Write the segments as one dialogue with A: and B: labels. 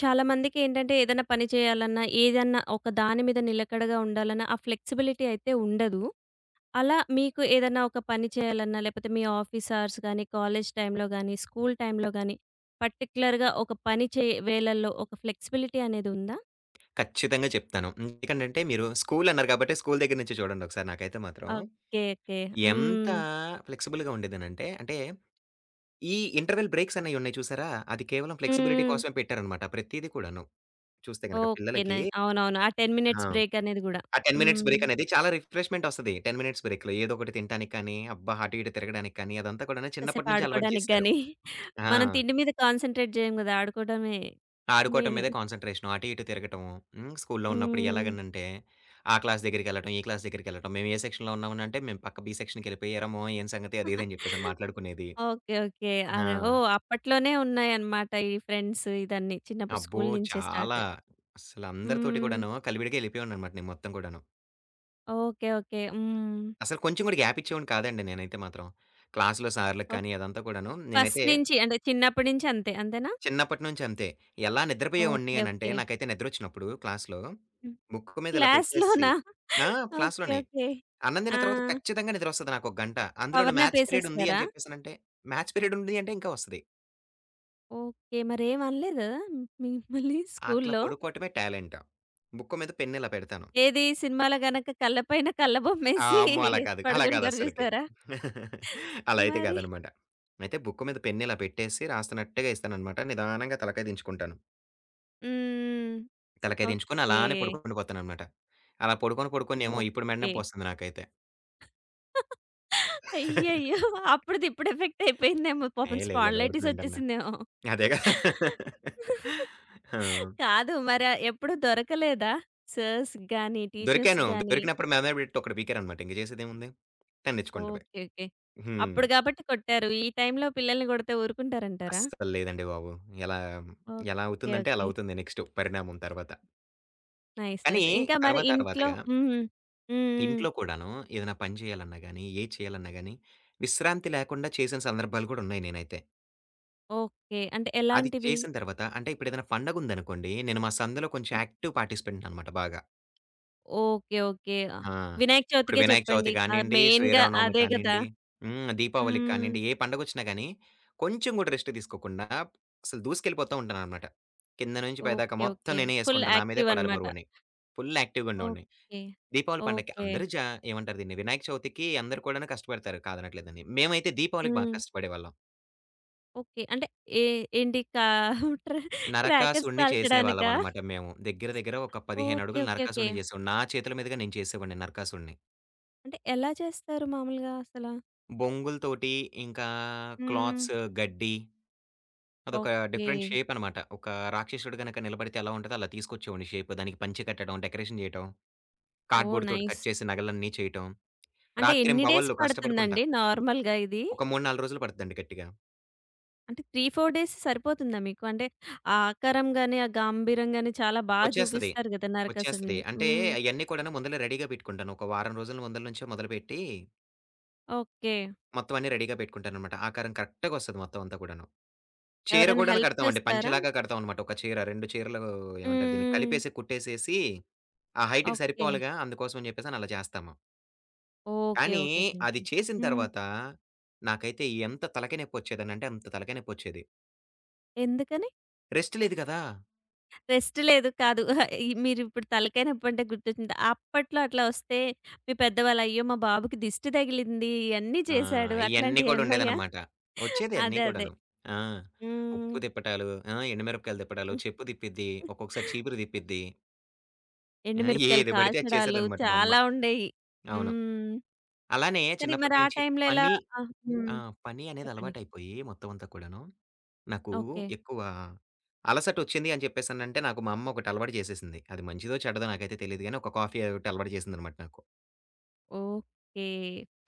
A: చాలామందికి ఏంటంటే ఏదైనా పని చేయాలన్నా, ఏదన్నా ఒక దాని మీద నిలకడగా ఉండాలన్నా, ఆ ఫ్లెక్సిబిలిటీ అయితే ఉండదు. అలా మీకు ఏదన్నా ఒక పని చేయాలన్నా, లేపోతే మీ ఆఫీస్ అవర్స్ గానీ, కాలేజ్ టైంలో గానీ, స్కూల్ టైంలో గానీ, పర్టిక్యులర్‌గా ఒక పని వేళల్లో ఒక ఫ్లెక్సిబిలిటీ అనేదుందా?
B: ఖచ్చితంగా చెప్తాను. ఎందుకంటంటే మీరు స్కూల్ అన్నారు కాబట్టి స్కూల్ దగ్గర నుంచి చూడండి ఒకసారి నాకైతే మాత్రం
A: ఓకే, ఓకే.
B: ఎంత
A: హ్మ్.
B: ఫ్లెక్సిబుల్‌గా ఉండేదనంటే, అంటే ఈ ఇంటర్వల్ బ్రేక్స్ అనేయి ఉన్నాయి చూసారా? అది కేవలం ఫ్లెక్సిబిలిటీ
A: హ్మ్.
B: కోసమే పెట్టారనమాట ప్రతీది కూడాను. చూస్తే గనక
A: ఓకే.
B: పిల్లలకి
A: అవునవును, ఆ 10
B: ఆ!
A: మినిట్స్ బ్రేక్ అనేది గూడా.
B: ఆ 10 మినిట్స్
A: హ్మ్.
B: బ్రేక్ అనేది చాలా రిఫ్రెష్‌మెంట్ ఒస్తది. 10 మినిట్స్ బ్రేక్‌లో ఏదో ఒకటి తినటానికి కానీ, అబ్బా! అటు ఇటు తిరగడానికి కానీ అదంతా కూడాను
A: కాసేపు
B: చిన్నప్పటి నుంచి అలవాటు
A: ఆడుకోడానికి
B: చేశారు.
A: గానీ,
B: ఆ!
A: మనం తిండి మీద కాన్సంట్రేట్ జేయం గదా! ఆడుకోవడమే
B: ఆడుకోవటం
A: మెయిన్.
B: మీదే కాన్సంట్రేషను. అటు ఇటు తిరగటము. హ్మ్. స్కూల్లో ఉన్నప్పుడు
A: హ్మ్.
B: ఎలాగనంటే, ఆ క్లాస్ దగ్గరికెళ్ళటం, ఈ క్లాస్ దగ్గరికెళ్ళటం. మేము ఏ సెక్షన్‌లో ఉన్నామనంటే, మేము పక్క బి సెక్షన్‌కెళ్ళిపోయి "ఏరా మొహం ఏం సంగతి" అది ఇది అని చెప్పేసని మాట్లాడుకునేది.
A: Okay, okay.
B: ఆ!
A: అదే. ఓహ్! అప్పట్లోనే ఉన్నాయన్నమాట ఈ ఫ్రెండ్స్ ఇదన్నీ. చిన్నప్పుడు
B: అబ్బో!
A: స్కూలు నుంచే
B: చాలా.
A: స్టార్ట్.
B: అసలు అందరితోటి
A: హ్మ్.
B: కూడాను కలివిడిగా ఎళ్ళిపోయేవాడిననమాట నేను మొత్తం కూడాను.
A: Okay, okay. హ్మ్.
B: అసలు కొంచెం కూడా గ్యాప్ ఇచ్చేవాడిని కాదండి నేనైతే మాత్రం. క్లాస్‌లో సార్‌లకి
A: ఓహ్!
B: కానీ అదంతా కూడాను
A: ఫస్ట్
B: నేనైతే
A: నుంచి అంటే చిన్నప్పటి నుంచి అంతే. అంతేనా?
B: చిన్నప్పటి నుంచి అంతే. ఎలా నిద్రపోయేవాడిని
A: ఓకే,
B: అనంటే,
A: ఓకే.
B: నాకైతే నిద్రొచ్చినప్పుడు క్లాస్‌లో
A: హ్మ్.
B: ముక్కు మీద ఇలా పెట్టేసి
A: క్లాస్‌లోనా?
B: ఆ!
A: ఓకే,
B: క్లాస్‌లోనే.
A: ఓకే.
B: అన్నం తిన్న
A: ఆ!
B: తర్వాత ఖచ్చితంగా నిద్రొస్తది నాకొక గంట. అందులోను
A: పవర్ నాప్
B: మ్యాథ్స్ పీరియడ్ ఉంది
A: ఏసేస్తారా?
B: అని చెప్పేసనంటే, మ్యాథ్స్ పీరియడ్ ఉంది అంటే ఇంకా వస్తది.
A: ఓకే. మరేం అనలేదా మిమ్మల్ని
B: అట్లా
A: స్కూలులో?
B: పడుకోవటమే టాలెంట్. బుక్క మీద పెన్ ఇలా పెడతాను.
A: ఏది సినిమాలో గనక కళ్ళ పైన
B: ఆ!
A: కళ్ళబొమ్మేసి
B: అమ్మో! అలా కాదు. అలా కాదు
A: పడుకుంటారు
B: అస్సలకి.
A: చూసారా?
B: అలా అయితే
A: మరి?
B: కాదనమాట. అయితే బుక్క మీద పెన్ ఇలా పెట్టేసి రాస్తున్నట్టుగా ఇస్తాననమాట. నిదానంగా తలకాయ దించుకుంటాను.
A: హ్మ్.
B: తలకాయ దించుకొని
A: ఓకే,
B: అలానే పడుకొని పోతాననమాట. అలా పడుకొని పడుకొని ఏమో ఇప్పుడు మెడ
A: ఓకే.
B: నొప్పొస్తుంది నాకైతే.
A: అయ్యయ్యో! అప్పుడిది ఇప్పుడు ఎఫెక్ట్ అయిపోయిందేమో.
B: ఏ
A: పాపం
B: లేదు లేండి.
A: స్పాండిలైటిస్
B: ఊరికనే అంటున్నా.
A: ఒచ్చేసిందేమో.
B: అదేగా. ఆ!
A: కాదు మరి ఎప్పుడు దొరకలేదా? సర్స్‌కి గాని,
B: దొరికాను.
A: టీచర్స్‌కి గాని.
B: దొరికినప్పుడు మెడ మీద పెట్టి ఒకటి పీకారనమాట. ఇంక చేసేదేముంది? తన్నించుకుంటమే.
A: Okay, okay.
B: హ్మ్.
A: అప్పుడు గాబట్టి కొట్టారు. ఈ టైంలో పిల్లల్ని గొడితే ఊరుకుంటారంటారా?
B: అస్సలు లేదండి బాబు. ఎలా, ఎలా
A: ఓకే,
B: అవుతుందంటే అలా
A: ఓకే.
B: అవుతుంది నెక్స్ట్ పరిణామం తర్వాత.
A: నైస్,
B: కానీ
A: నైస్. ఇంకా మరి
B: తర్వాత
A: ఇంట్లో.
B: తర్వాతగా
A: హ్మ్. హ్మ్. హ్మ్.
B: ఇంట్లో కూడాను ఏదైనా పని చేయాలన్నా గాని, ఏది చేయాలన్నా గాని విశ్రాంతి లేకుండా చేసిన సందర్భాలు కూడా ఉన్నాయి నేనైతే.
A: ఓకే. అంటే
B: అది
A: ఎలాంటివి?
B: చేసిన తర్వాత అంటే ఇప్పుడేదైనా పండగుందనుకోండి, నేను మా సందులో కొంచెం యాక్టివ్ పార్టిసిపెంట్ అనమాట బాగా.
A: Okay, okay. ఆహ్,
B: ఆ!
A: వినాయక
B: ఇప్పుడు
A: చవితికే
B: వినాయక చవితి
A: చెప్పండి. ఆహ్,
B: కానియండి,
A: మెయిన్‌గా
B: శ్రీరామనవమి
A: అదే గదా!
B: కానియండి, హ్మ్. దీపావళికి
A: హ్మ్.
B: కానియండి, ఏ పండగొచ్చినా గాని, కొంచెం గూడా రెస్ట్ తీసుకోకుండా అసలు దూసుకెళ్ళిపోతా ఉంటాననమాట. కింద నుంచి పైదాకా
A: ఓకే,
B: మొత్తం
A: ఓకే.
B: నేనే
A: ఫుల్
B: యేసుకుంటా. నా మీదే
A: యాక్టివ్
B: పడాలి
A: అనమాట.
B: బరువని. ఫుల్ యాక్టివ్‌గా ఉండేవాడిని.
A: ఓకే.
B: దీపావళి పండగకి
A: ఓకే.
B: అందరూ జా ఏమంటారు దీన్ని, వినాయక చవితికి అందరూ కూడాను కష్టపడతారు కాదనట్లేదని. మేమైతే దీపావళికి బాగా
A: హ్మ్.
B: కష్టపడేవాళ్ళం.
A: ఓకే. అంటే ఏ ఏంటి కా ట్ర క్రాకర్స్
B: నరకాసుడిని
A: కాల్చడానికా?
B: చేసేవాళ్ళమనమాట మేము. దగ్గర దగ్గర ఒక 15
A: ఓకే,
B: అడుగులు
A: ఓకే, ఓకే.
B: నరకాసుడిని చేసేవాడిని. నా చేతుల మీదుగా నేను చేసేవాడిని నరకాసుడిని.
A: అంటే ఎలా చేస్తారు మామూలుగా అసల?
B: బొంగులతోటి, ఇంకా
A: హ్మ్.
B: క్లాత్స్, గడ్డి అదొక
A: ఓకే.
B: డిఫరెంట్ షేప్ అనమాట. ఒక రాక్షసుడు గనక నిలబడితే ఎలా ఉంటదో అలా తీసుకొచ్చేవాడిని షేప్. దానికి పంచె కట్టడం, డెకరేషన్ చేయటం,
A: ఓహ్!
B: కార్డ్‌బోర్డ్‌తోటి కట్
A: నైస్.
B: చేసి నగలన్నీ చేయటం.
A: అంటే ఎన్ని డేస్
B: రాత్రింబవళ్ళు కష్టపడకుంటా.
A: పడుతుందండి నార్మల్‌గా ఇది?
B: ఒక 3, 4 రోజులు పడుద్దండి గట్టిగా.
A: అంటే 3, 4 డేస్ సరిపోతుందా మీకు? అంటే ఆ ఆకారం గాని, ఆ గాంభీర్యం గాని చాలా బాగా
B: వచ్చేస్తది.
A: చూపిస్తారు గదా!
B: వచ్చేస్తది.
A: నరకాసుడిని.
B: అంటే
A: హ్మ్.
B: అయన్నీ కూడాను ముందలే రెడీగా పెట్టుకుంటాను. ఒక వారం రోజుల ముందల నుంచే మొదలుపెట్టి
A: ఓకే.
B: మొత్తం అన్నీ రెడీగా పెట్టుకుంటాననమాట. ఆకారం కరెక్ట్‌గా వస్తది మొత్తం అంతా కూడాను. చీర
A: ఎవరైనా
B: కూడాను
A: హెల్ప్
B: కడతామండి.
A: చేస్తారా? హ్మ్.
B: పంచెలాగా కడతామనమాట. ఒక చీర, 2 చీరలు ఏమంటారు దీన్ని
A: హ్మ్.
B: కలిపేసి కుట్టేసేసి ఆ హైట్‌కి
A: ఓకే,
B: సరిపోవాలిగా అందుకోసం అని చెప్పేసని అలా చేస్తాము.
A: ఓకే,
B: కానీ
A: ఓకే. ఫైన్,
B: అది
A: ఫైన్.
B: చేసిన
A: హ్మ్.
B: తర్వాత నాకైతే ఎంత తలకాయ నొప్పొచ్చేదనంటే అంత తలకాయ నొప్పొచ్చేది.
A: ఎందుకని?
B: రెస్ట్ లేదు కదా!
A: రెస్ట్ లేదు. కాదు. ఈ మీరిప్పుడు తలకాయ నొప్పంటే గుర్తొచ్చింది. అప్పట్లో అట్లా వస్తే మీ పెద్దవాళ్ళు, "అయ్యో! మా బాబుకి దిష్టి తగిలింది. ఇయన్నీ
B: ఆ!
A: చేశాడు."
B: ఇయన్నీ కూడా
A: అట్లాంటియేమన్నాయా?
B: ఉండేదనమాట. వచ్చేది అన్నీ
A: అదే, అదే.
B: కూడాను. ఆ!
A: హ్మ్.
B: ఉప్పు తిప్పటాలు, ఆ! ఎండుమిరపకాయలు తిప్పటాలు,
A: హ్మ్.
B: చెప్పు తిప్పిద్ది, ఒక్కొక్కసారి చీపురు తిప్పిద్ది. ఆ!
A: ఎండుమిరపకాయలు
B: ఏది పడితే అది
A: కాల్చడాలు
B: చేసేదనమాట మా అమ్మ.
A: చాలా ఉండేయి.
B: అవును.
A: హ్మ్.
B: అలానే
A: కానీ మరి
B: చిన్నప్పటి
A: ఆ
B: నుంచి
A: టైంలో ఎలా.
B: పని
A: ఆ! హ్మ్.
B: ఆ! పని అనేది
A: చెప్పండి.
B: అలవాటైపోయి మొత్తం అంతా కూడాను. నాకు
A: ఓకే,
B: ఎక్కువ అలసటొచ్చింది అని చెప్పేసనంటే, నాకు మా అమ్మ ఒకటి అలవాటు చేసేసింది. అది మంచిదో, చెడ్డదో నాకైతే తెలీదు గానీ, ఒక కాఫీ ఒకటి అలవాటు చేసిందనమాట నాకు.
A: ఓకే,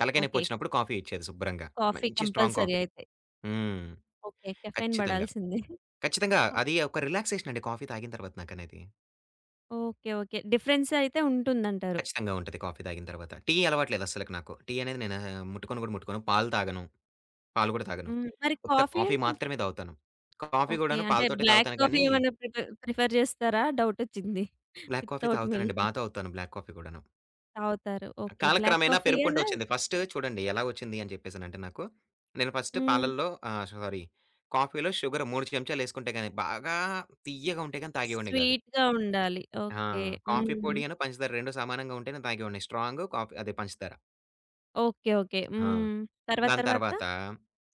B: తలకాయ
A: ఓకే.
B: నొప్పొచ్చినప్పుడు కాఫీ ఇచ్చేది శుభ్రంగా.
A: కాఫీ
B: మంచి స్ట్రాంగ్
A: కంపల్సరీ
B: కాఫీ.
A: అయితే.
B: హ్మ్.
A: ఓకే. కెఫెన్
B: ఖచ్చితంగా.
A: పడాల్సిందే.
B: ఖచ్చితంగా
A: ఓ
B: అది ఒక రిలాక్సేషన్ అండి కాఫీ తాగిన తర్వాత నాకనేది.
A: Okay, okay. డిఫరెన్స్ అయితే ఉంటుందంటారు.
B: ఖచ్చితంగా ఉంటది కాఫీ తాగిన తర్వాత. టీ అలవాట్లేదు అస్సలకి నాకు. టీ అనేది నేను ముట్టుకోను కూడా ముట్టుకోను. పాలు తాగను. పాలు కూడా తాగను.
A: హ్మ్. మరి
B: ఉత్త
A: కాఫీ
B: కాఫీ
A: అండ్.
B: మాత్రమే తాగుతాను. Coffee
A: okay.
B: గూడాను
A: అంటే
B: పాలతోటే
A: బ్లాక్
B: తాగుతాను
A: కాఫీ
B: గానీ
A: ఏమన్నా ప్రిఫర్ ప్రిఫర్ చేస్తారా? డౌటొచ్చింది.
B: బ్లాక్ కాఫీ
A: వితౌట్
B: తాగుతానండి.
A: మిల్క్
B: బా తాగుతాను బ్లాక్ కాఫీ కూడాను.
A: తాగుతారు. ఓకే. బ్లాక్
B: కాలక్రమేణా పెరుగుకుంటూ
A: కాఫీయేనా?
B: వచ్చింది. ఫస్ట్ చూడండి ఎలా వచ్చింది అని చెప్పేసనంటే నాకు, నేను ఫస్ట్
A: హ్మ్.
B: పాలల్లో ఆహ్, సారీ కాఫీలో షుగర్ 3 చెంచాలేసుకుంటే గాని బాగా తియ్యగా ఉంటే గాని తాగేవాడిని గాదు.
A: స్వీట్‌గా ఉండాలి.
B: ఆ!
A: ఓకే.
B: కాఫీ
A: హ్మ్.
B: పొడి అను, పంచదార 2 సమానంగా ఉంటేనే తాగేవాడిని. స్ట్రాంగు కాఫీ అదే పంచదార.
A: Okay, okay.
B: ఆ!
A: హ్మ్. తర్వాత
B: దాని
A: తర్వాత?
B: తర్వాత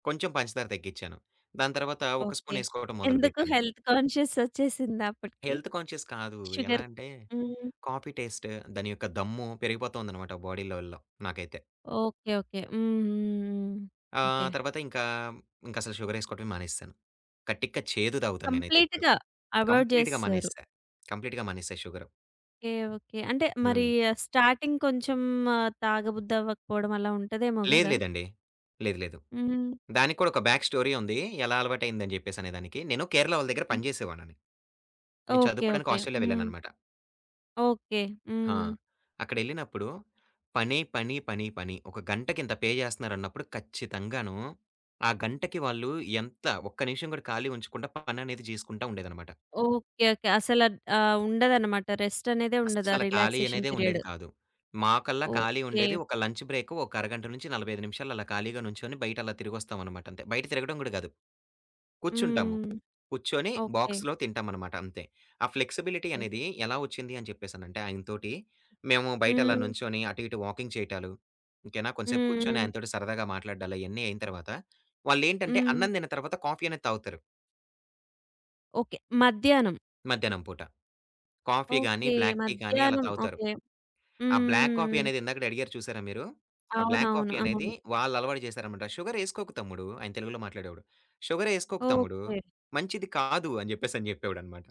B: కొంచెం పంచదార తగ్గించాను. దాని తర్వాత ఒక
A: ఓకే.
B: స్పూన్ ఏసుకోవటం
A: ఎందుకు
B: మొదలుపెట్టాను.
A: హెల్త్ కాన్షియస్ ఒచ్చేసిందా అప్పటికి?
B: హెల్త్ కాన్షియస్ కాదు. ఎలా
A: షుగర్.
B: అంటే
A: హ్మ్.
B: కాఫీ టేస్ట్ దాని యొక్క దమ్ము పెరిగిపోతుందనమాట బాడీలల్లో నాకైతే.
A: Okay, okay. హ్మ్. హ్మ్. హ్మ్.
B: ఆ!
A: ఓకే.
B: తర్వాత ఇంకా, ఇంకసలు షుగరేసుకోవటమే మానేసేశాను. కటిక్క చేదు తాగుతాను నేనైతే ఇప్పుడు.
A: కంప్లీట్‌గా అవాయిడ్
B: కంప్లీట్‌గా
A: జేసేసారు.
B: మానేసా. కంప్లీట్‌గా మానేసా షుగరు.
A: Okay, okay. అంటే మరి
B: హ్మ్.
A: స్టార్టింగ్ కొంచెం ఆహ్, తాగబుద్ది అవ్వకపోవడం అలా ఉంటదేమో
B: లేదు
A: గదా!
B: లేదండి. లేదు లేదు.
A: హ్మ్.
B: దానికి కూడా ఒక బ్యాక్ స్టోరీ ఉంది. ఎలా అలవాటయిందని జెప్పేసనే దానికి. నేను కేరళ వాళ్ళ దగ్గర
A: హ్మ్.
B: పని జేసేవాడిని. నేను
A: ఓకే,
B: చదువుకోవడానికి
A: ఓకే.
B: ఆస్ట్రేలియా
A: హ్మ్.
B: వెళ్ళాననమాట.
A: ఓకే.
B: ఆ!
A: హ్మ్.
B: అక్కడెళ్ళినప్పుడు పని, పని, పని, పని. ఒక గంటకింత పే జేస్తున్నారన్నప్పుడు ఖచ్చితంగాను, ఆ గంటకి వాళ్ళు ఎంత ఒక్క నిమిషం గూడా ఖాళీ ఉంచకుండా పననేది జేసుకుంటా ఉండేదనమాట.
A: Okay, okay. అసల ఆహ్, ఉండదనమాట. రెస్ట్ అనేదే ఉండదు. ఆ
B: అస్సల ఖాళీ
A: రిలాక్సేషన్
B: అనేదే
A: పీరియడ్.
B: ఉండేది కాదు. మాకల్లా ఖాళీ
A: ఓకే.
B: ఉండేది. ఒక లంచ్ బ్రేక్ ఒక అరగంట నుంచి 45 నిమిషాలు అలా ఖాళీగా నుంచొని బయట అలా తిరిగొస్తామనమాట అంతే. బయట తిరగడం గూడా గాదు. కూర్చుంటాము.
A: హ్మ్.
B: కూర్చొని
A: ఓకే.
B: బాక్స్‌లో తింటామనమాట అంతే. ఆ ఫ్లెక్సిబిలిటీ
A: ఓహ్!
B: అనేది ఎలా ఒచ్చింది అని చెప్పేసనంటే ఆయనతోటి మేము బయట అలా
A: హ్మ్.
B: నుంచొని అటు ఇటు వాకింగ్ చేయటాలు, ఓకేనా. కొంసేపు
A: హ్మ్.
B: కూర్చొని
A: హ్మ్.
B: ఆయనతోటి సరదాగా మాట్లాడ్డాలు అయన్నీ అయిన తర్వాత వాళ్ళేంటంటే
A: హ్మ్.
B: అన్నం తిన్న తర్వాత కాఫీ అనేది తాగుతారు
A: ఓకే. మధ్యాహ్నం.
B: మధ్యాహ్నం పూట. కాఫీ గాని,
A: ఓకే.
B: బ్లాక్ టీ గాని అలా
A: మధ్యాహ్నం.
B: తాగుతారు.
A: ఓకే. హ్మ్.
B: ఆ బ్లాక్ కాఫీ
A: హ్మ్. హ్మ్.
B: అనేది ఇందాకడ అడిగారు చూసారా మీరు? ఆ బ్లాక్
A: అవునవును,
B: కాఫీ అనేది
A: అవును.
B: వాళ్ళు అలవాటు చేశారనమాట. "షుగరేసుకోకు తమ్ముడు" ఆయన తెలుగులో మాట్లాడేవాడు. "షుగరేసుకోకు తమ్ముడు,
A: ఓకే,
B: మంచిది కాదు" అని జెప్పేసని జెప్పేవాడనమాట.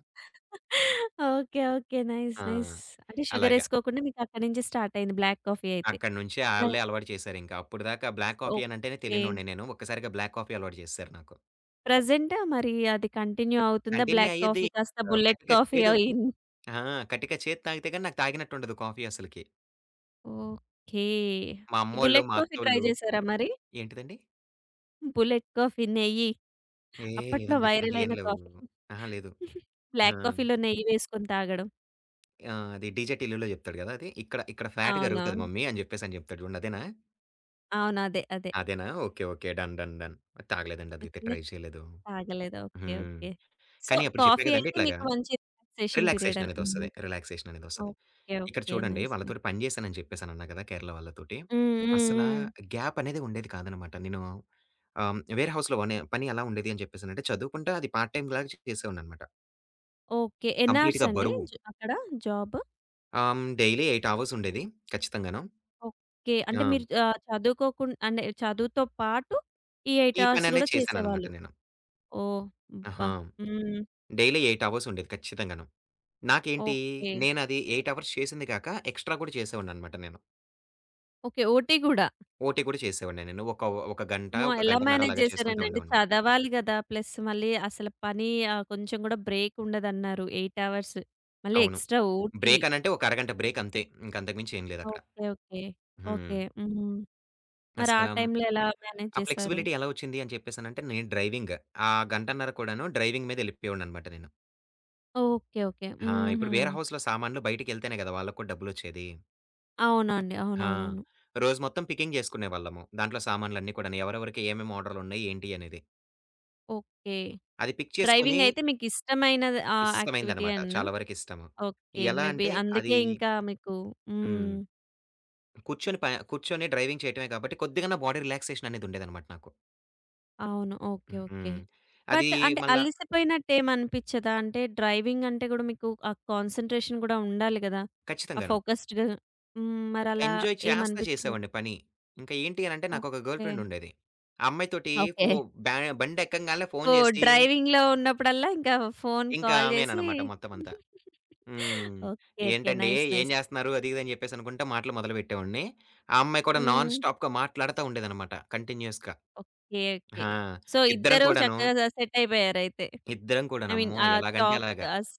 A: Okay, okay. నైస్,
B: ఆ!
A: నైస్. అంటే
B: అలాగా.
A: షుగరేసుకోకుండా మీకు అక్కడి నుంచి స్టార్ట్ అయింది బ్లాక్ కాఫీ అయితే.
B: అక్కడి నుంచి
A: మరి
B: ఆళ్ళే అలవాటు చేశారింక. అప్పటిదాకా బ్లాక్ కాఫీ అనంటేనే
A: ఓకే.
B: తెలియనోడిని నేను. ఒక్కసారిగా బ్లాక్ కాఫీ అలవాటు చేసేశారు నాకు.
A: ప్రెజెంటా మరి అది కంటిన్యూ అవుతుందా?
B: కంటిన్యూ
A: బ్లాక్
B: అయ్యిద్ది.
A: కాఫీ కాస్త
B: ఆహ్,
A: బుల్లెట్
B: కటిక
A: కాఫీ
B: చేదు
A: అయింది.
B: ఆ! కటిక చేదు తాగితే గాని నాకు తాగినట్టుండదు కాఫీ అసలకి.
A: ఓకే.
B: మా
A: ఈ
B: అమ్మోళ్ళు,
A: బుల్లెట్
B: మా
A: కాఫీ ట్రై
B: అత్తోళ్ళు
A: చేసారా మరి?
B: ఏంటిదండి?
A: బుల్లెట్ కాఫీ నెయ్యి.
B: ఏ
A: అప్పట్లో
B: లేదండి
A: వైరల్
B: అట్లాంటియేం
A: అయిన
B: లేవు.
A: కాఫీ.
B: అహా! లేదు. ఆ!
A: బ్లాక్ కాఫీలో నెయ్యి వేసుకొని తాగడం.
B: ఆ! అది డీజే టిల్లులో జెప్తాడు గదా! అది. ఇక్కడ ఇక్కడ ఫ్యాట్ కరుగుతది
A: అవునవును,
B: మమ్మీ అని జెప్పేసని జెప్తాడు జూడండి. అదేనా?
A: అవును. అదే, అదే.
B: అదేనా? Okay. Okay. Done. Done. Done. తాగలేదండి అదైతే
A: నె
B: ట్రై చేయలేదు.
A: తాగలేదు. ఓకే,
B: హ్మ్.
A: ఓకే. సో,
B: కానీ అప్పుడు చెప్పా
A: కాఫీ
B: గదండీ
A: అయితే
B: ఇట్లాగా
A: మీకు మంచి రిలాక్సేషన్ పీరియడ్
B: రిలాక్సేషన్ అనేదొస్తది.
A: అన్నమాట.
B: రిలాక్సేషన్ అనేదొస్తది.
A: ఓకే,
B: ఇక్కడ
A: ఓకే.
B: చూడండి
A: నైస్, నైస్.
B: వాళ్ళతోటి పని జేశానని చెప్పేసనన్నా గదా! కేరళ వాళ్ళతోటి.
A: హ్మ్. హ్మ్.
B: అసలా
A: హ్మ్.
B: గ్యాప్ అనేది ఉండేది కాదనమాట. నేను వేర్ హౌస్‌లో వనే పని ఎలా ఉండేది అని జెప్పేసనంటే చదువుకుంటా అది పార్ట్ టైమ్ లాగా చేసేవాడిననమాట.
A: ఓకే. ఎన్ని అవర్స్
B: కంప్లీట్‌గా
A: అండి
B: బరువు.
A: అక్కడ జాబ్?
B: ఆహ్, హ్మ్. డైలీ 8 అవర్స్ ఉండేది ఖచ్చితంగాను.
A: ఓకే. అంటే
B: ఆ!
A: మీరు ఆహ్, చదువుకోకుం అంటే చదువుతో పాటు ఈ 8
B: ఈ
A: అవర్స్ కూడా
B: పననేది చేశాననమాట
A: చేసేవాళ్ళు.
B: నేను.
A: ఓహ్! అబ్బా!
B: ఆహా!
A: హ్మ్.
B: డైలీ 8 అవర్స్ ఉండేది ఖచ్చితంగాను. నాకేంటి
A: ఓకే,
B: నేనది 8 అవర్స్ చేసింది కాక ఎక్స్‌ట్రా కూడా చేసేవాడిననమాట నేను.
A: ఓకే. ఓటీ గూడా?
B: ఓటీ కూడా చేసేవాడిని నేను. ఒక ఒక గంట,
A: అమ్మో!
B: ఒక
A: ఎలా
B: గంటన్నర
A: మేనేజ్
B: అలాగా చేసుకుంటూ
A: చేశారండి? అంటే
B: ఉండేవాడిని.
A: చదవాలి గదా! ప్లస్ మళ్ళీ అసలు పని ఆహ్, కొంచెం గూడా బ్రేక్ ఉండదన్నారు. 8 అవర్స్. మళ్ళీ
B: అవును.
A: Extra OT.
B: బ్రేక్ అనంటే ఒక అరగంట బ్రేక్ అంతే. ఇంక అంతకు మించి ఏం లేదక్కడ.
A: ఓకే, ఓకే,
B: హ్మ్.
A: ఓకే. హ్మ్. మరి ఆ
B: అసలా
A: టైంలో ఎలా మేనేజ్
B: ఆ
A: చేశారు?
B: ఫ్లెక్సిబిలిటీ ఎలా వచ్చింది అని చెప్పేసనంటే నేను డ్రైవింగ్. ఆ గంటన్నర కూడాను డ్రైవింగ్ మీద ఎళ్ళిపోయేవాడిననమాట నేను.
A: Okay, okay.
B: ఆ!
A: హుహు.
B: ఇప్పుడు వేర్ హౌస్‌లో సామాన్లు బయటికెళ్తేనే కదా! వాళ్ళకి కూడా డబ్బులొచ్చేది.
A: అవునండి.
B: ఆ!
A: అవునవునవును.
B: రోజు మొత్తం పికింగ్ జేసుకునేవాళ్ళము. దాంట్లో సామాన్లన్నీ కూడాను. ఎవరెవరికి ఏమేమి ఆర్డర్‌లున్నాయి, ఏంటి అనేది.
A: ఓకే.
B: అది పిక్ చేసుకొని
A: డ్రైవింగ్ అయితే మీకిష్టమైన ఆహ్, యాక్టివిటీ
B: ఇష్టమైందనమాట.
A: అనా?
B: చాలా వరకు ఇష్టము.
A: ఓకే.
B: ఎలా
A: మేబీ
B: అంటే అది
A: అందుకే ఇంకా మీకు. హ్మ్.
B: హ్మ్. కూర్చొని డ్రైవింగ్ చేయటమే కాబట్టి కొద్దిగా బాడీ రిలాక్సేషన్ అనేది ఉండేదనమాట నాకు.
A: అవును. Okay, okay.
B: హ్మ్. అది
A: బట్ అంటే
B: మళ్ళా
A: అలిసిపోయినట్టేమనిపిచ్చదా? అంటే డ్రైవింగ్ అంటే గూడా మీకు ఆ కాన్సంట్రేషన్ గూడా ఉండాలి గదా! ఆ
B: ఖచ్చితంగాను.
A: ఫోకస్డ్‌గా. హ్మ్. మరలా
B: ఎంజాయ్ చేస్తా
A: ఏమనిపిచ్చలేదు.
B: చేసేవాడిని పని. ఇంకా ఏంటి అనంటే నాకొక గర్ల్
A: ఓకే,
B: ఫ్రెండ్ ఉండేది. ఆ అమ్మాయితోటి
A: ఓకే.
B: ఫో బ్యా బండెక్కంగాల్నే ఫోను
A: ఓహ్!
B: జేసి
A: డ్రైవింగ్‌లో ఉన్నప్పుడల్లా ఇంకా ఫోన్
B: ఇంకా
A: కాల్ జేసి.
B: ఆమేననమాట మొత్తమంతా. హ్మ్.
A: Okay, okay.
B: ఏంటండి
A: నైస్,
B: ఏం
A: నైస్.
B: జేస్తున్నారు? అది ఇది అని జెప్పేసనుకుంటా మాటలు మొదలుపెట్టేవాడిని. ఆ అమ్మాయి కూడా నాన్
A: హ్మ్.
B: స్టాప్‌గా మాట్లాడతా ఉండేదనమాట కంటిన్యూయస్‌గా.
A: Okay, okay.
B: ఆ!
A: సో,
B: ఇద్దరం
A: ఇద్దరూ
B: కూడాను,
A: చక్కగా సెట్ అయిపోయారైతే.
B: ఇద్దరం
A: ఐ
B: కూడాను
A: మీన్
B: అమ్మో!
A: ఆ
B: ఎలాగంటే
A: టాక్
B: అలాగా.
A: ఆస్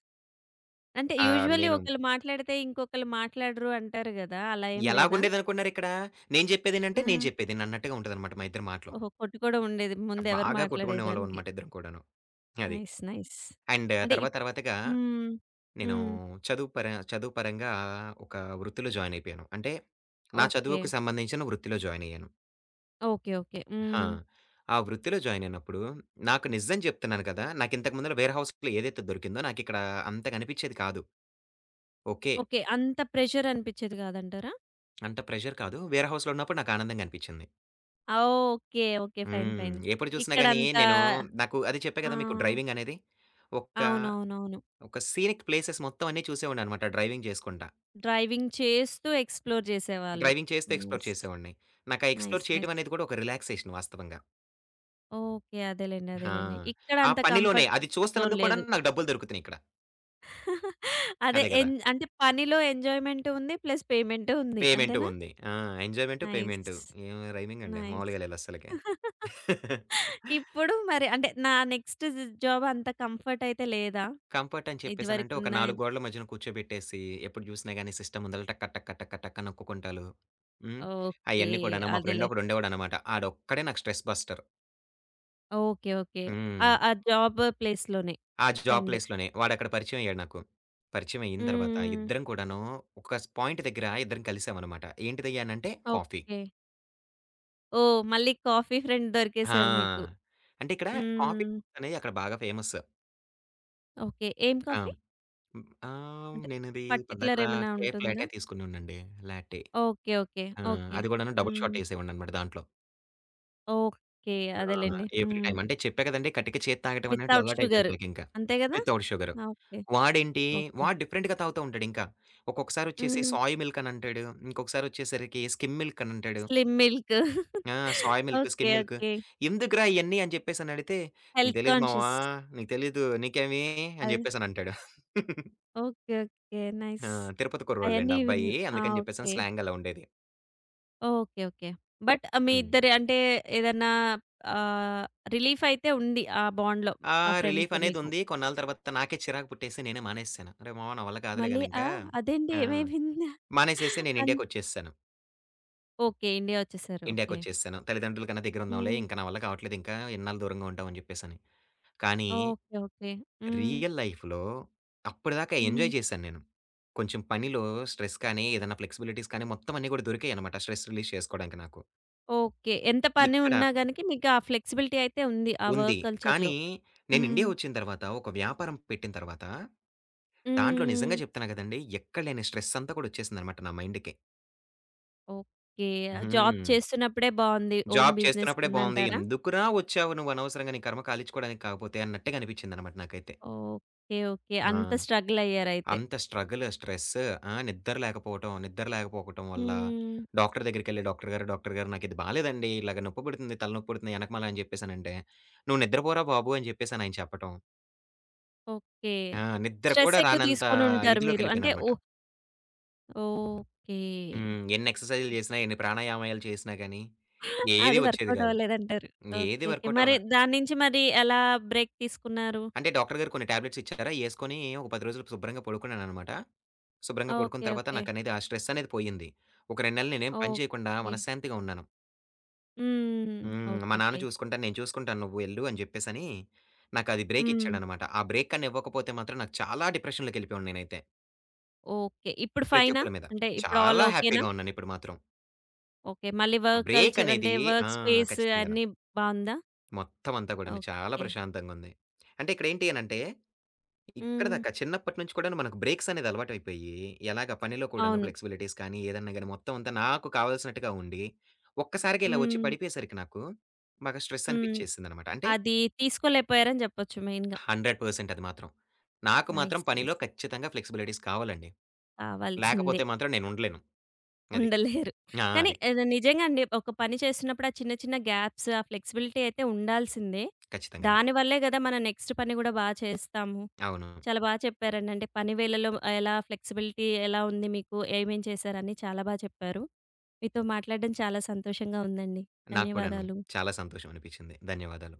A: అంటే
B: ఆహ్,
A: యూజువల్లీ
B: నేను
A: ఒకళ్ళు మాట్లాడితే ఇంకొకళ్ళు మాట్లాడరు అంటారు గదా! అలా ఏం లేదా?
B: ఎలాగుండేదనుకున్నారిక్కడ? నేను జెప్పేదినంటే నేను
A: హ్మ్.
B: చెప్పేదినన్నట్టుగా ఉంటదనమాట మా ఇద్దరి మాటలు.
A: ఓహో! కొట్టు కూడా ఉండేది ముందెవరు
B: బాగా
A: మాట్లాడేదానికి.
B: కొట్టుకునేవాళ్ళమనమాట ఇద్దరం కూడాను. అది.
A: Nice, nice.
B: అండ్
A: అంటే
B: తర్వాత తర్వాతగా
A: హ్మ్.
B: నేను
A: హ్మ్.
B: చదువు పరంగా ఒక వృత్తిలో జాయిన్ అయిపోయాను. అంటే నా
A: ఓకే,
B: చదువుకు సంబంధించిన వృత్తిలో జాయిన్ అయ్యాను.
A: Okay, okay.
B: ఆ!
A: హ్మ్.
B: ఆ వృత్తిలో జాయిన్ అయినప్పుడు నాకు నిజం చెప్తున్నాను కదా! నాకింతకు ముందల వేర్‌హౌస్‌లో ఏదైతే దొరికిందో నాకిక్కడ అంతగా అనిపిచ్చేది కాదు. ఓకే.
A: ఓకే. అంత ప్రెషర్ అనిపిచ్చేది గాదంటారా?
B: అంత ప్రెషర్ కాదు. వేర్‌హౌస్‌లో ఉన్నప్పుడు నాకు ఆనందంగా అనిపిచ్చింది.
A: ఆ! Okay, okay. ఫైన్,
B: హ్మ్.
A: ఫైన్.
B: ఎప్పుడు చూసినా గాని
A: ఇక్కడంతా.
B: నేను నాకు అది చెప్పా
A: ఆ!
B: కదా! మీకు డ్రైవింగ్ అనేది. ఒక,
A: అవునవునవును.
B: ఒక సీనిక్ ప్లేసెస్ మొత్తం అన్నీ చూసేవాడిననమాట డ్రైవింగ్ చేసుకుంటా.
A: డ్రైవింగ్ చేస్తూ ఎక్స్‌ప్లోర్ జేసేవాళ్ళు.
B: డ్రైవింగ్ చేస్తూ ఎక్స్‌ప్లోర్
A: నైస్,
B: చేసేవాడిని. నాకు ఆ
A: నైస్,
B: ఎక్స్‌ప్లోర్ చేయటం
A: నైస్.
B: అనేది కూడా ఒక రిలాక్సేషన్ వాస్తవంగా.
A: ఓకే. అదేలెండి,
B: ఆ!
A: అదేలెండి. ఇక్కడ
B: ఆ
A: అంత
B: పనిలోనే
A: కంఫర్ట్
B: అది
A: జోన్
B: చూస్తున్నందుకు కూడా
A: లేదు.
B: నాకు డబ్బులు దొరుకుతున్నాయి ఇక్కడ.
A: అదే
B: అదే కదా!
A: అంటే పనిలో ఎంజాయ్‌మెంట్ ఉంది. ప్లస్ పేమెంట్ ఉంది.
B: పేమెంట్
A: అంతేనా?
B: ఉంది. ఆ! Enjoyment, payment.
A: నైస్,
B: ఏం రైమింగ్ అండి
A: నైస్.
B: మామూలుగా లేదు అస్సలకి.
A: ఇప్పుడు మరి అంటే నా నెక్స్ట్ జాబ్ అంత కంఫర్ట్ అయితే లేదా?
B: కంఫర్ట్ అని చెప్పేసనంటే ఒక
A: ఇదివరకున్న.
B: 4 గోడల మధ్యన కూర్చోబెట్టేసి, ఎప్పుడు జూసినా గాని సిస్టమ్ ముందల టక టక టక టక నొక్కుకుంటాలు. హ్మ్.
A: ఓకే.
B: అయన్నీ కూడాను మా ఫ్రెండ్
A: అదేలే.
B: ఒకడు ఉండేవాడనమాట. ఆడొక్కడే నాకు స్ట్రెస్ బస్టర్.
A: Okay, okay. ఆ!
B: హ్మ్.
A: ఆ జాబ్ ప్లేస్‌లోనే
B: ఆ జాబ్
A: ఫ్రెండ్.
B: ప్లేస్‌లోనే వాడక్కడ పరిచయం అయ్యాడు నాకు. పరిచయం అయిన తర్వాత
A: హ్మ్.
B: ఇద్దరం కూడాను ఒక స్ పాయింట్ దగ్గర ఇద్దరం కలిసామనమాట. ఏంటిదయ్యా అనంటే కాఫీ.
A: ఓకే. ఓహ్! మళ్ళీ కాఫీ ఫ్రెండ్ దొరికేసారు మీకు.
B: ఆ! అంటే ఇక్కడ కాఫీ
A: హ్మ్.
B: అనేది అక్కడ బాగా ఫేమస్.
A: ఓకే. ఏం
B: ఆ!
A: కాఫీ?
B: హ్మ్. ఆహ్,
A: అంటే
B: నేనిది
A: పర్టిక్యులర్
B: పద్దాకలా
A: ఏమన్నా
B: కేఫ్
A: ఉంటుందా?
B: లాటే తీసుకున్నానండి. లాటే.
A: ఓకే, ఓకే,
B: ఆ!
A: ఓకే.
B: అది కూడాను డబుల్
A: హ్మ్.
B: షాట్ ఏసేవాడిననమాట దాంట్లో.
A: ఓకే.
B: ఆ!
A: అదేలెండి.
B: ఎవ్రీ
A: హ్మ్.
B: టైమ్ అంటే చెప్పా కదండీ! కటిక చేది తాగటం అనేది
A: వితౌట్ షుగర్.
B: అలవాటయిపోయింది నాకింకా.
A: అంతే గదా!
B: Without sugar.
A: ఓకే,
B: వాడేంటి
A: ఓకే.
B: వాడు డిఫరెంట్‌గా తాగుతా ఉంటాడింకా. ఒక్కొక్కసారొచ్చేసి
A: హ్మ్.
B: సోయ్ మిల్క్ అనంటాడు. ఇంకొకసారొచ్చేసరికి స్కిమ్ మిల్క్ అనంటాడు.
A: Slim milk.
B: ఆ! Soy milk,
A: okay,
B: skim milk
A: okay.
B: ఎందుకురా ఇయన్నీ అని చెప్పేసనడిగితే, "నీకు
A: హెల్త్
B: తెలీదు మావా,
A: కాన్షియస్.
B: నీకు తెలీదు. నీకేమి" అని
A: అది.
B: చెప్పేసనంటాడు.
A: Okay, okay.
B: ఆ!
A: నైస్.
B: తిరుపతి కుర్రోళ్ళండి
A: అయన్నీ విన్
B: అబ్బాయి.
A: ఆ!
B: అందుకని జెప్పేసని
A: ఓకే,
B: స్లాంగ్ అలా ఉండేది.
A: Okay, okay. బట్ మీ
B: హ్మ్.
A: ఇద్దరి అంటే ఏదన్నా ఆహ్, రిలీఫ్ అయితే ఉంది ఆ బాండ్‌లో.
B: ఆ
A: ఆ
B: రిలీఫ్
A: ఫ్రెండ్‌తో మీకు.
B: అనేదుంది. కొన్నాళ్ళ తర్వాత నాకే చిరాకు పుట్టేసి నేనే మానేసేసాను. "అరేయ్ మామ! నా వల్ల కాదులే
A: మళ్ళీ
B: గాని
A: ఆ!
B: ఇంకా"
A: అదేంటి
B: ఆ!
A: ఏమైపోయింది?
B: మానేసేసి నేను
A: అన్
B: ఇండియాకొచ్చేసేసాను.
A: ఓకే. ఇండియా ఒచ్చేసారు. ఓకే.
B: ఇండియాకొచ్చేసేసాను. తల్లిదండ్రుల కన్నా దగ్గరుందాంలే.
A: హ్మ్.
B: ఇంకా నా వల్ల కావట్లేదు ఇంకా ఎన్నాళ్ళు దూరంగా ఉంటాం అని జెప్పేసని. కానీ
A: ఓకే, ఓకే. హ్మ్.
B: రియల్ లైఫ్‌లో అప్పటిదాకా
A: హ్మ్.
B: ఎంజాయ్ చేశాను నేను. కొంచెం పనిలో స్ట్రెస్ కానీ, ఏదైనా ఫ్లెక్సిబిలిటీస్ కానీ మొత్తం అన్నీ గూడా దొరికాయనమాట స్ట్రెస్ రిలీజ్ చేసుకోవడానికి నాకు.
A: ఓకే. ఎంత పని
B: ఇక్కడ
A: ఉన్నా గనక మీకు ఆ ఫ్లెక్సిబిలిటీ అయితే ఉంది. ఆ
B: ఉంది.
A: వర్క్ కల్చర్‌లో.
B: కానీ, నేను ఇండియా
A: హ్మ్.
B: వచ్చిన తర్వాత, ఒక వ్యాపారం పెట్టిన తర్వాత, దాంట్లో నిజంగా
A: హ్మ్.
B: చెప్తున్నా గదండీ! ఎక్కడ లేని స్ట్రెస్ అంతా కూడా ఒచ్చేసిందనమాట నా మైండ్‌కి.
A: ఓకే. జాబ్
B: హ్మ్.
A: చేస్తున్నప్పుడే బావుంది. ఓన్
B: జాబ్
A: బిజినెస్
B: చేస్తున్నప్పుడే
A: కన్నా
B: బావుంది.
A: అంటారా?
B: ఎందుకురా ఒచ్చావు నువ్వు అనవసరంగా నీ కర్మ కాలిచ్చుకోవడానికి కాకపోతే అన్నట్టుగా అనిపిచ్చిందనమాట నాకైతే.
A: Okay, okay.
B: ఆ!
A: అంత స్ట్రగుల్ అయ్యారయితే.
B: అంత స్ట్రగుల్, స్ట్రెస్ ఆ! నిద్ర లేకపోవటం, నిద్ర లేకపోవటం వల్ల
A: హ్మ్.
B: డాక్టర్ దగ్గరికెళ్ళి, "డాక్టర్ గారు, డాక్టర్ గారు నాకిది బాలేదండి. ఇలాగ నొప్పి పుడుతుంది, తలనొప్పి పుడుతుంది ఎనకమాల" అని జెప్పేసనంటే, "నువ్వు నిద్రపోరా బాబు" అని జెప్పేసని ఆయన చెప్పటం.
A: ఓకే.
B: ఆ! నిద్ర
A: స్ట్రెస్
B: కూడా
A: ఎక్కువ
B: రానంత
A: తీసుకోనుంటారు మీరు. అంటే
B: ఇదిలోకెళ్ళిపోయాననమాట.
A: ఓహ్! ఓకే.
B: హ్మ్. ఎన్ని ఎక్సర్‌సైజులు చేసినా, ఎన్ని ప్రాణాయామాలు చేసినా గాని, ఏది
A: అది
B: వచ్చేది
A: వర్కౌట్
B: గాదు.
A: అవ్వలేదంటారు.
B: ఏది
A: ఓకే, ఓకే.
B: వర్కౌట్
A: మరి
B: అవ్వలా.
A: దాని నుంచి మరి ఎలా బ్రేక్ తీసుకున్నారు?
B: అంటే డాక్టర్ గారు కొన్ని టాబ్లెట్స్ ఇచ్చారా, యేసుకొని ఒక 10 రోజులు శుభ్రంగా పడుకున్నాననమాట. శుభ్రంగా
A: ఓకే,
B: పడుకున్న తర్వాత
A: ఓకే,
B: నాకనేది ఆ స్ట్రెస్ అనేది పోయింది. ఒక 2 నెలలు నేనేం పని చేయకుండా
A: ఓకే.
B: మనశ్శాంతిగా ఉన్నాను.
A: హ్మ్.
B: హ్మ్. మా
A: ఓకే,
B: నాన్న
A: ఓకే.
B: చూసుకుంటాను, నేను చూసుకుంటాను నువ్వు ఎళ్ళు అని చెప్పేసని, నాకది బ్రేక్
A: హ్మ్.
B: ఇచ్చాడనమాట. ఆ బ్రేక్ కానీ ఇవ్వకపోతే మాత్రం నాకు చాలా డిప్రెషన్‌లోకెళ్ళిపోయాను నేనైతే.
A: ఓకే. ఇప్పుడు
B: ప్రతి
A: ఫైనా?
B: ఒక్కళ్ళ మీద.
A: అంటే ఇప్పుడు ఆల్
B: చాలా
A: ఓకేనా?
B: హ్యాపీగా ఉన్నానిప్పుడు మాత్రం.
A: ఓకే. మళ్ళీ వర్క్ కల్చర్ అంటే
B: బ్రేకనేది ఆ!
A: వర్క్ స్పేస్
B: ఖచ్చితంగాను.
A: అన్నీ బావుందా?
B: మొత్తం అంతా కూడాను చాలా
A: ఓకే.
B: ప్రశాంతంగుంది. అంటే ఇక్కడేంటి అనంటే, ఇక్కడ
A: హ్మ్.
B: దాకా చిన్నప్పటి నుంచి కూడాను మనకు బ్రేక్స్ అనేది అలవాటయిపోయి, ఎలాగ పనిలో కూడాను
A: అవును.
B: ఫ్లెక్సిబిలిటీస్ కానీ, ఏదన్నా గాని మొత్తం అంతా నాకు కావాల్సినట్టుగా ఉండి, ఒక్కసారిగా ఇలా వచ్చి
A: హ్మ్.
B: పడిపోయేసరికి నాకు, బాగా స్ట్రెస్
A: హ్మ్.
B: అనిపిచ్చేసిందనమాట. అంటే
A: అది తీసుకోలేకపోయారని చెప్పొచ్చు మెయిన్‌గా.
B: 100% అది మాత్రం. నాకు మాత్రం
A: నైస్,
B: పనిలో
A: నైస్.
B: ఖచ్చితంగా ఫ్లెక్సిబిలిటీస్ కావాలండి.
A: కావాల్సిందే.
B: లేకపోతే మాత్రం నేనుండలేను. అది.
A: ఉండలేరు.
B: ఆ!
A: కానీ
B: అది.
A: అది నిజంగా అండి. ఒక పని చేస్తున్నప్పుడు ఆ చిన్న చిన్న గ్యాప్స్, ఆ ఫ్లెక్సిబిలిటీ అయితే ఉండాల్సిందే.
B: ఖచ్చితంగాను.
A: దానివల్లే గదా! మనం నెక్స్ట్ పని గూడా బా చేస్తాము.
B: అవును.
A: చాలా బాగా చెప్పారండి. అంటే పని వేళలో ఎలా ఫ్లెక్సిబిలిటీ ఎలా ఉంది మీకు? ఏమేం చేశారని చాలా బాగా చెప్పారు. మీతో మాట్లాడడం చాలా సంతోషంగా ఉందండి.
B: నాకు కూడాను
A: ధన్యవాదాలు.
B: చాలా సంతోషం అనిపిచ్చింది. ధన్యవాదాలు.